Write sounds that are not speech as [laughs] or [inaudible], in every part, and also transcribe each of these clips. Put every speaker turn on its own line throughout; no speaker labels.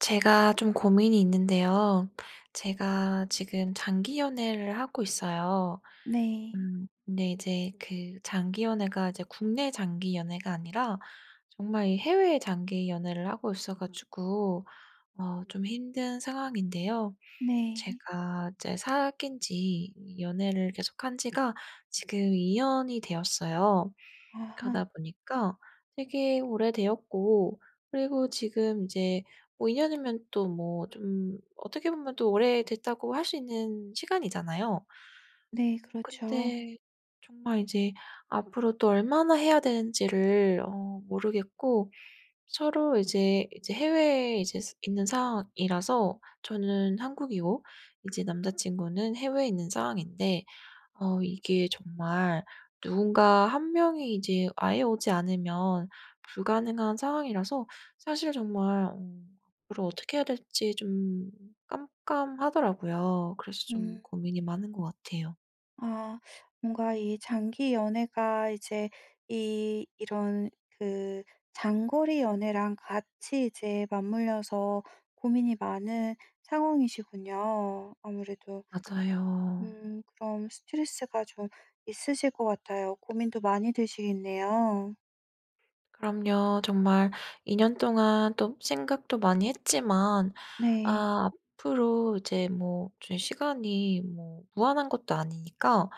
제가 좀 고민이 있는데요. 제가 지금 장기 연애를 하고 있어요.
네.
근데 이제 그 장기 연애가 이제 국내 장기 연애가 아니라 정말 이 해외 장기 연애를 하고 있어 가지고 좀 힘든 상황인데요.
네.
제가 이제 사귄 지 연애를 계속한 지가 지금 2 년이 되었어요.
아
가다 보니까 되게 오래되었고, 그리고 지금 이제 뭐 2 년이면 또 뭐 좀 어떻게 보면 또 오래됐다고 할 수 있는 시간이잖아요.
네,
네.
그렇죠.
근데 정말 이제 앞으로 또 얼마나 해야 되는지를 모르겠고, 서로 이제 해외에 이제 스 있는 상황이라서 저는 한국이고 이제 남자친구는 해외에 있는 상황인데 이게 정말 누군가 한 명이 이제 아예 오지 않으면 불가능한 상황이라서, 사실 정말 앞으로 어떻게 해야 될지 좀 깜깜하더라고요. 그래서 좀
음.
고민이 많은 것 같아요.
아 뭔가 이 장기 연애가 이제 이 이런 그 장거리 연애랑 같이 이제 맞물려서 고민이 많은 상황이시군요. 아무래도
맞아요.
그럼 스트레스가 좀 있으실 것 같아요. 고민도 많이 되시겠네요.
그럼요. 정말 2년 동안 또 생각도 많이 했지만,
네.
아 앞으로 이제 뭐 제 시간이 뭐 무한한 것도 아니니까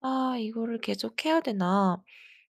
'아 이거를 계속해야 되나?'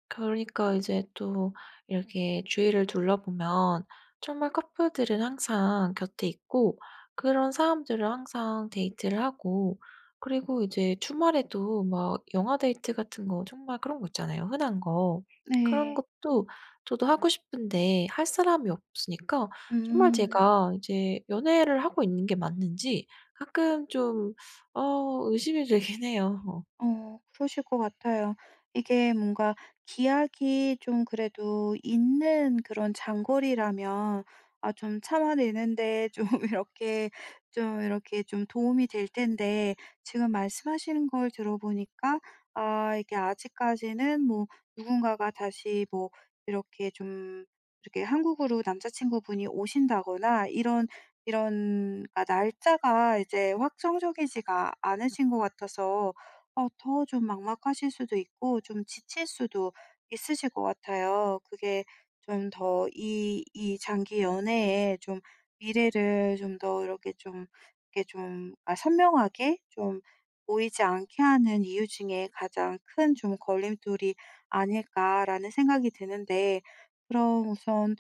그러니까 이제 또 이렇게 주위를 둘러보면 정말 커플들은 항상 곁에 있고, 그런 사람들은 항상 데이트를 하고, 그리고 이제 주말에도 막 영화 데이트 같은 거 정말 그런 거 있잖아요. 흔한 거. 그런
네.
것도 저도 하고 싶은데 할 사람이 없으니까 정말
음.
제가 이제 연애를 하고 있는 게 맞는지 가끔 좀, 의심이 되긴 해요.
어 그러실 것 같아요. 이게 뭔가 기약이 좀 그래도 있는 그런 장거리라면 아 좀 참아내는데 좀 [laughs] 이렇게 좀 이렇게 좀 도움이 될 텐데 지금 말씀하시는 걸 들어보니까 아 이게 아직까지는 뭐 누군가가 다시 뭐 이렇게 좀 이렇게 한국으로 남자친구분이 오신다거나 이런 아, 날짜가 이제 확정적이지가 않으신 것 같아서 어 더 좀 막막하실 수도 있고 좀 지칠 수도 있으실 것 같아요. 그게 좀 더 이 장기 연애에 좀 미래를 좀 더 이렇게 좀 이렇게 좀 아 선명하게 좀 보이지 않게 하는 이유 중에 가장 큰 좀 걸림돌이 아닐까라는 생각이 드는데 그럼 우선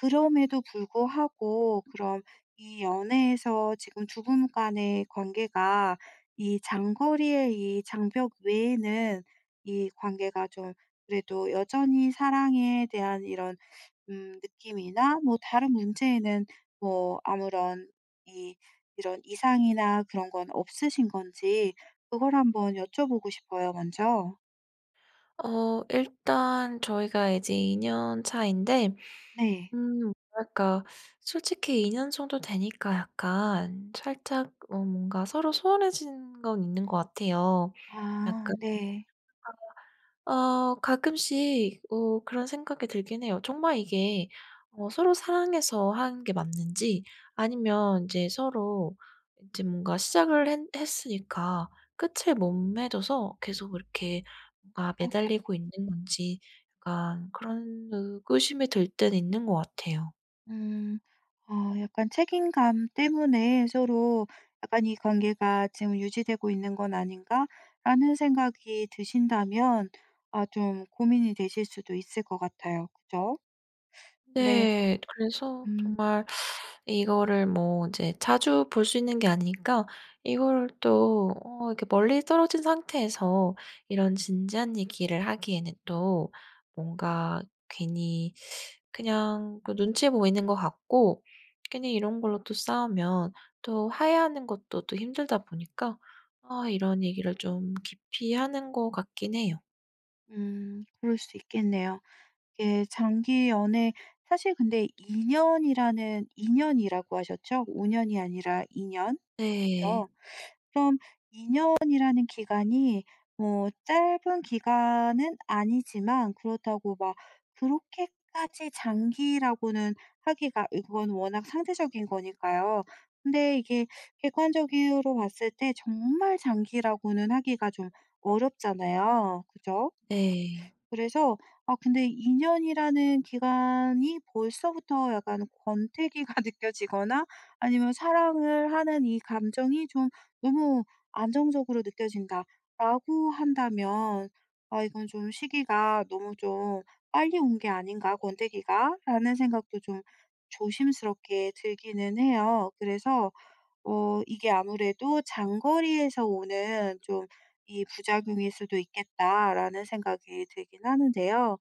그럼에도 불구하고 그럼 이 연애에서 지금 두 분 간의 관계가 이 장거리의 이 장벽 외에는 이 관계가 좀 그래도 여전히 사랑에 대한 이런 느낌이나 뭐 다른 문제에는 뭐 아무런 이 이런 이상이나 그런 건 없으신 건지 그걸 한번 여쭤보고 싶어요, 먼저.
일단 저희가 이제 2년 차인데
네.
뭐랄까, 솔직히 2년 정도 되니까 약간 살짝 뭔가 서로 소원해진 건 있는 것 같아요.
아
약간
네.
가끔씩 그런 생각이 들긴 해요. 정말 이게 서로 사랑해서 하는 게 맞는지, 아니면 이제 서로 이제 뭔가 시작을 했 했으니까 끝을 못 맺어서 계속 이렇게 뭔가
아이고.
매달리고 있는 건지 약간 그런 의구심이 들 때는 있는 것 같아요.
음. 아 약간 책임감 때문에 서로 약간 '이 관계가 지금 유지되고 있는 건 아닌가?'라는 생각이 드신다면 아 좀 고민이 되실 수도 있을 것 같아요. 그죠? 네.
네. 그래서
음
정말 이거를 뭐 이제 자주 볼 수 있는 게 아니니까, 이거를 또 이렇게 멀리 떨어진 상태에서 이런 진지한 얘기를 하기에는 또 뭔가 괜히 그냥 그 눈치 보이는 것 같고, 괜히 이런 걸로 또 싸우면 또 화해하는 것도 또 힘들다 보니까 아 이런 얘기를 좀 기피하는 것 같긴 해요.
그럴 수 있겠네요. 이게 장기 연애 사실 근데 이 년이라는 이 년이라고 하셨죠? 오 년이 아니라 이 년.
네.
그죠? 그럼 2년 년이라는 기간이 뭐 짧은 기간은 아니지만 그렇다고 막 그렇게까지 장기라고는 하기가 이건 워낙 상대적인 거니까요. 근데 이게 객관적으로 봤을 때 정말 장기라고는 하기가 좀 어렵잖아요. 그죠?
네.
그래서 아 근데 2년 년이라는 기간이 벌써부터 약간 권태기가 [laughs] 느껴지거나 아니면 '사랑을 하는 이 감정이 좀 너무 안정적으로 느껴진다.'라고 한다면 '아 이건 좀 시기가 너무 좀 빨리 온 게 아닌가 권태기가.'라는 생각도 좀 조심스럽게 들기는 해요. 그래서 어 이게 아무래도 '장거리에서 오는 좀 이 부작용일 수도 있겠다.'라는 생각이 들긴 하는데요.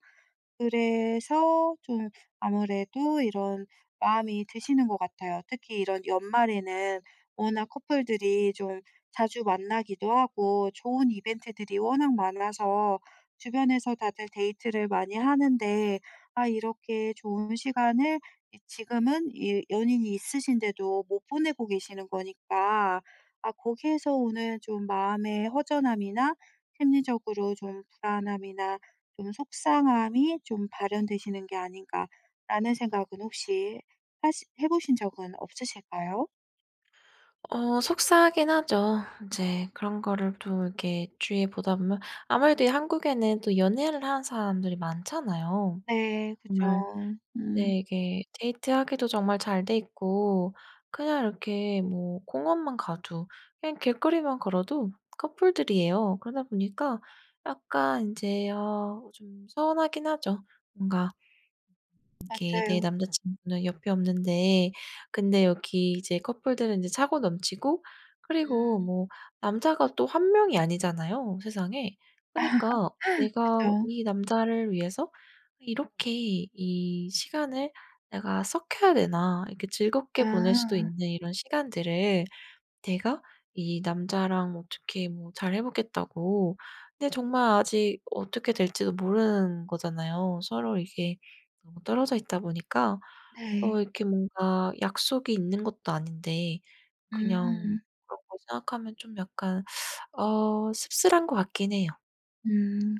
그래서 좀 아무래도 이런 마음이 드시는 것 같아요. 특히 이런 연말에는 워낙 커플들이 좀 자주 만나기도 하고 좋은 이벤트들이 워낙 많아서 주변에서 다들 데이트를 많이 하는데 아 이렇게 좋은 시간을 이 지금은 이 연인이 있으신데도 못 보내고 계시는 거니까 아 거기에서 오는 좀 마음의 허전함이나 심리적으로 좀 불안함이나 좀 '속상함이 좀 발현되시는 게 아닌가.'라는 생각은 혹시 하시 해 보신 적은 없으실까요?
속상하긴 하죠. 이제 그런 거를 또 이렇게 주위에 보다 보면 아무래도 이 한국에는 또 연애를 하는 사람들이 많잖아요.
네. 그죠.
정말
음.
네 이게 데이트하기도 정말 잘 돼 있고, 그냥 이렇게 뭐 공원만 가도 그냥 길거리만 걸어도 커플들이에요. 그러다 보니까 약간 이제 좀 서운하긴 하죠. 뭔가 이렇게 내
맞아요.
남자친구는 옆에 없는데, 근데 여기 이제 커플들은 이제 차고 넘치고, 그리고
음.
뭐 남자가 또 한 명이 아니잖아요, 세상에. 그니까 러
[laughs]
내가
그죠.
이 남자를 위해서 '이렇게 이 시간을 내가 썩혀야 되나?' 이렇게 즐겁게 보낼 수도
아.
있는 이런 시간들을 내가 이 남자랑 어떻게 뭐 잘 해 보겠다고. 근데 정말 아직 어떻게 될지도 모르는 거잖아요. 서로 이게 너무 떨어져 있다 보니까
네.
이렇게 뭔가 약속이 있는 것도 아닌데 그냥
음.
그런 거 생각하면 좀 약간 씁쓸한 것 같긴 해요.
음.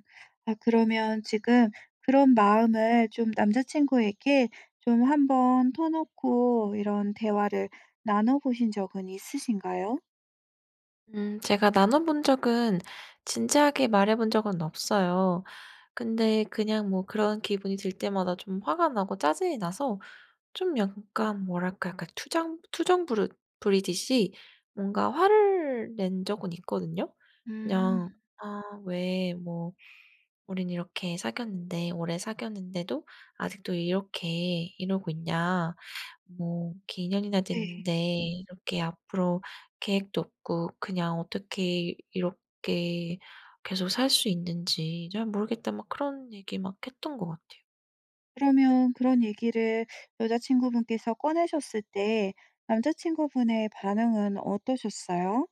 아 그러면 지금 그런 마음을 좀 남자친구에게 좀 한번 터놓고 이런 대화를 나눠 보신 적은 있으신가요?
제가 나눠 본 적은, 진지하게 말해 본 적은 없어요. 근데 그냥 뭐 그런 기분이 들 때마다 좀 화가 나고 짜증이 나서 좀 약간 뭐랄까 약간 투정 투정 부르 부리듯이 뭔가 화를 낸 적은 있거든요. 그냥
음.
"아 왜 뭐 우린 이렇게 사귀었는데 오래 사귀었는데도 아직도 이렇게 이러고 있냐. 뭐 이렇게 2 년이나
네.
됐는데 이렇게 앞으로 계획도 없고 그냥 어떻게 이렇게 계속 살 수 있는지 잘 모르겠다." 막 그런 얘기 막 했던 것 같아요.
그러면 그런 얘기를 여자친구분께서 꺼내셨을 때 남자친구분의 반응은 어떠셨어요?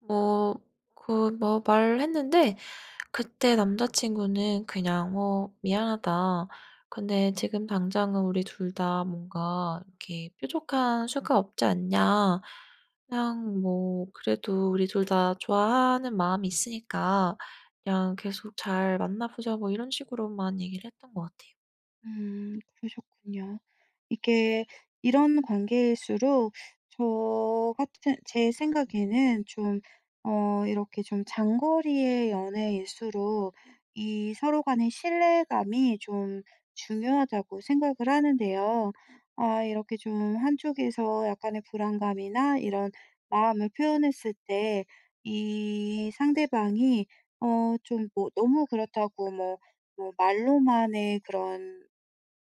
뭐 그 뭐 말했는데 그때 남자친구는 그냥 뭐 "미안하다. 근데 지금 당장은 우리 둘 다 뭔가 이렇게 뾰족한 수가 없지 않냐. 그냥 뭐 그래도 우리 둘 다 좋아하는 마음이 있으니까 그냥 계속 잘 만나 보자." 뭐 이런 식으로만 얘기를 했던 것 같아요.
그러셨군요. 이게 이런 관계일수록 저 같은 제 생각에는 좀 어 이렇게 좀 장거리의 연애일수록 이 서로 간의 신뢰감이 좀 중요하다고 생각을 하는데요. 아 이렇게 좀 한쪽에서 약간의 불안감이나 이런 마음을 표현했을 때 이 상대방이 어 좀 뭐 너무 그렇다고 뭐 뭐 말로만의 그런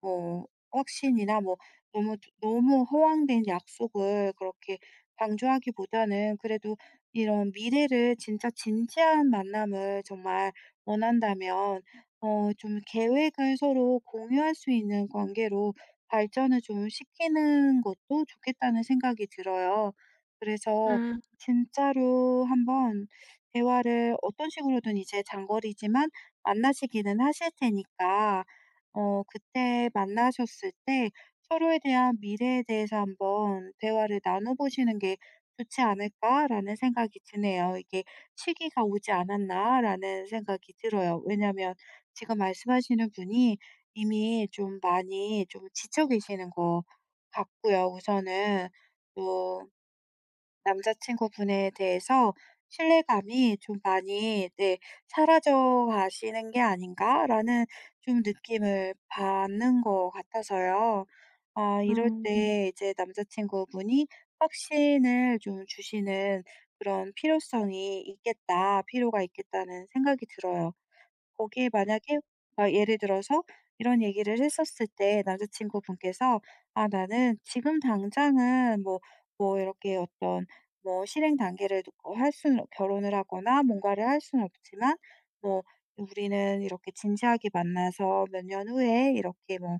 뭐 확신이나 뭐 너무 너무 허황된 약속을 그렇게 강조하기보다는 그래도 이런 미래를 진짜 진지한 만남을 정말 원한다면 어 좀 계획을 서로 공유할 수 있는 관계로 발전을 좀 시키는 것도 좋겠다는 생각이 들어요. 그래서
음
진짜로 한번 대화를 어떤 식으로든 이제 장거리지만 만나시기는 하실 테니까 어 그때 만나셨을 때 서로에 대한 미래에 대해서 한번 대화를 나눠 보시는 게 좋지 않을까라는 생각이 드네요. 이게 '시기가 오지 않았나.'라는 생각이 들어요. 왜냐면 하 지금 말씀하시는 분이 이미 좀 많이 좀 지쳐 계시는 것 같고요 우선은. 또 남자친구분에 대해서 신뢰감이 좀 많이 네 사라져 가시는 게 아닌가라는 좀 느낌을 받는 것 같아서요. 아 이럴
음.
때 이제 남자친구분이 확신을 좀 주시는 그런 필요성이 있겠다 필요가 있겠다는 생각이 들어요. 거기에 만약에 막 예를 들어서 이런 얘기를 했었을 때 남자친구분께서 "아 나는 지금 당장은 뭐 뭐 이렇게 어떤 뭐 실행 단계를 놓고 할 수는 없- 결혼을 하거나 뭔가를 할 수는 없지만 뭐 우리는 이렇게 진지하게 만나서 몇 년 후에 이렇게 뭐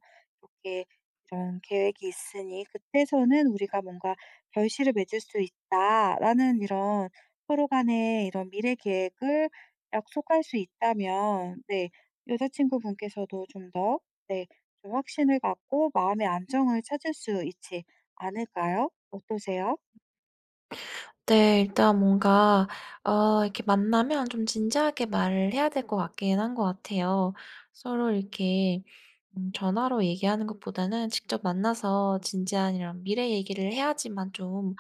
이렇게 이런 계획이 있으니 그때서는 우리가 뭔가 결실을 맺을 수 있다."라는 이런 서로 간의 이런 미래 계획을 약속할 수 있다면 네 여자친구분께서도 좀 더 네 좀 확신을 갖고 마음의 안정을 찾을 수 있지 않을까요? 어떠세요?
네. 일단 뭔가 이렇게 만나면 좀 진지하게 말을 해야 될 것 같긴 한 것 같아요. 서로 이렇게 전화로 얘기하는 것보다는 직접 만나서 진지한 이런 미래 얘기를 해야지만 좀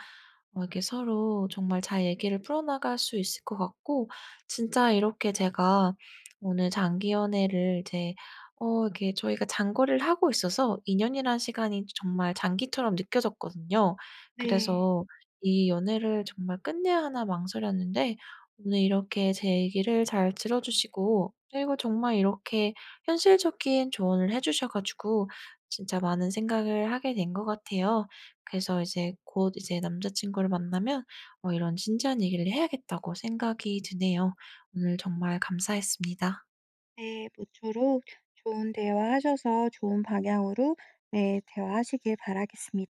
이게 서로 정말 잘 얘기를 풀어나갈 수 있을 것 같고, 진짜 이렇게 제가 오늘 장기 연애를 이제 이렇게 저희가 장거리를 하고 있어서 2 년이란 시간이 정말 장기처럼 느껴졌거든요.
네.
그래서 이 연애를 정말 끝내야 하나 망설였는데 오늘 이렇게 제 얘기를 잘 들어 주시고, 그리고 정말 이렇게 현실적인 조언을 해 주셔 가지고 진짜 많은 생각을 하게 된 것 같아요. 그래서 이제 곧 이제 남자친구를 만나면 이런 진지한 얘기를 해야겠다고 생각이 드네요. 오늘 정말 감사했습니다.
네. 모쪼록 좋은 대화하셔서 좋은 방향으로 네 대화하시길 바라겠습니 다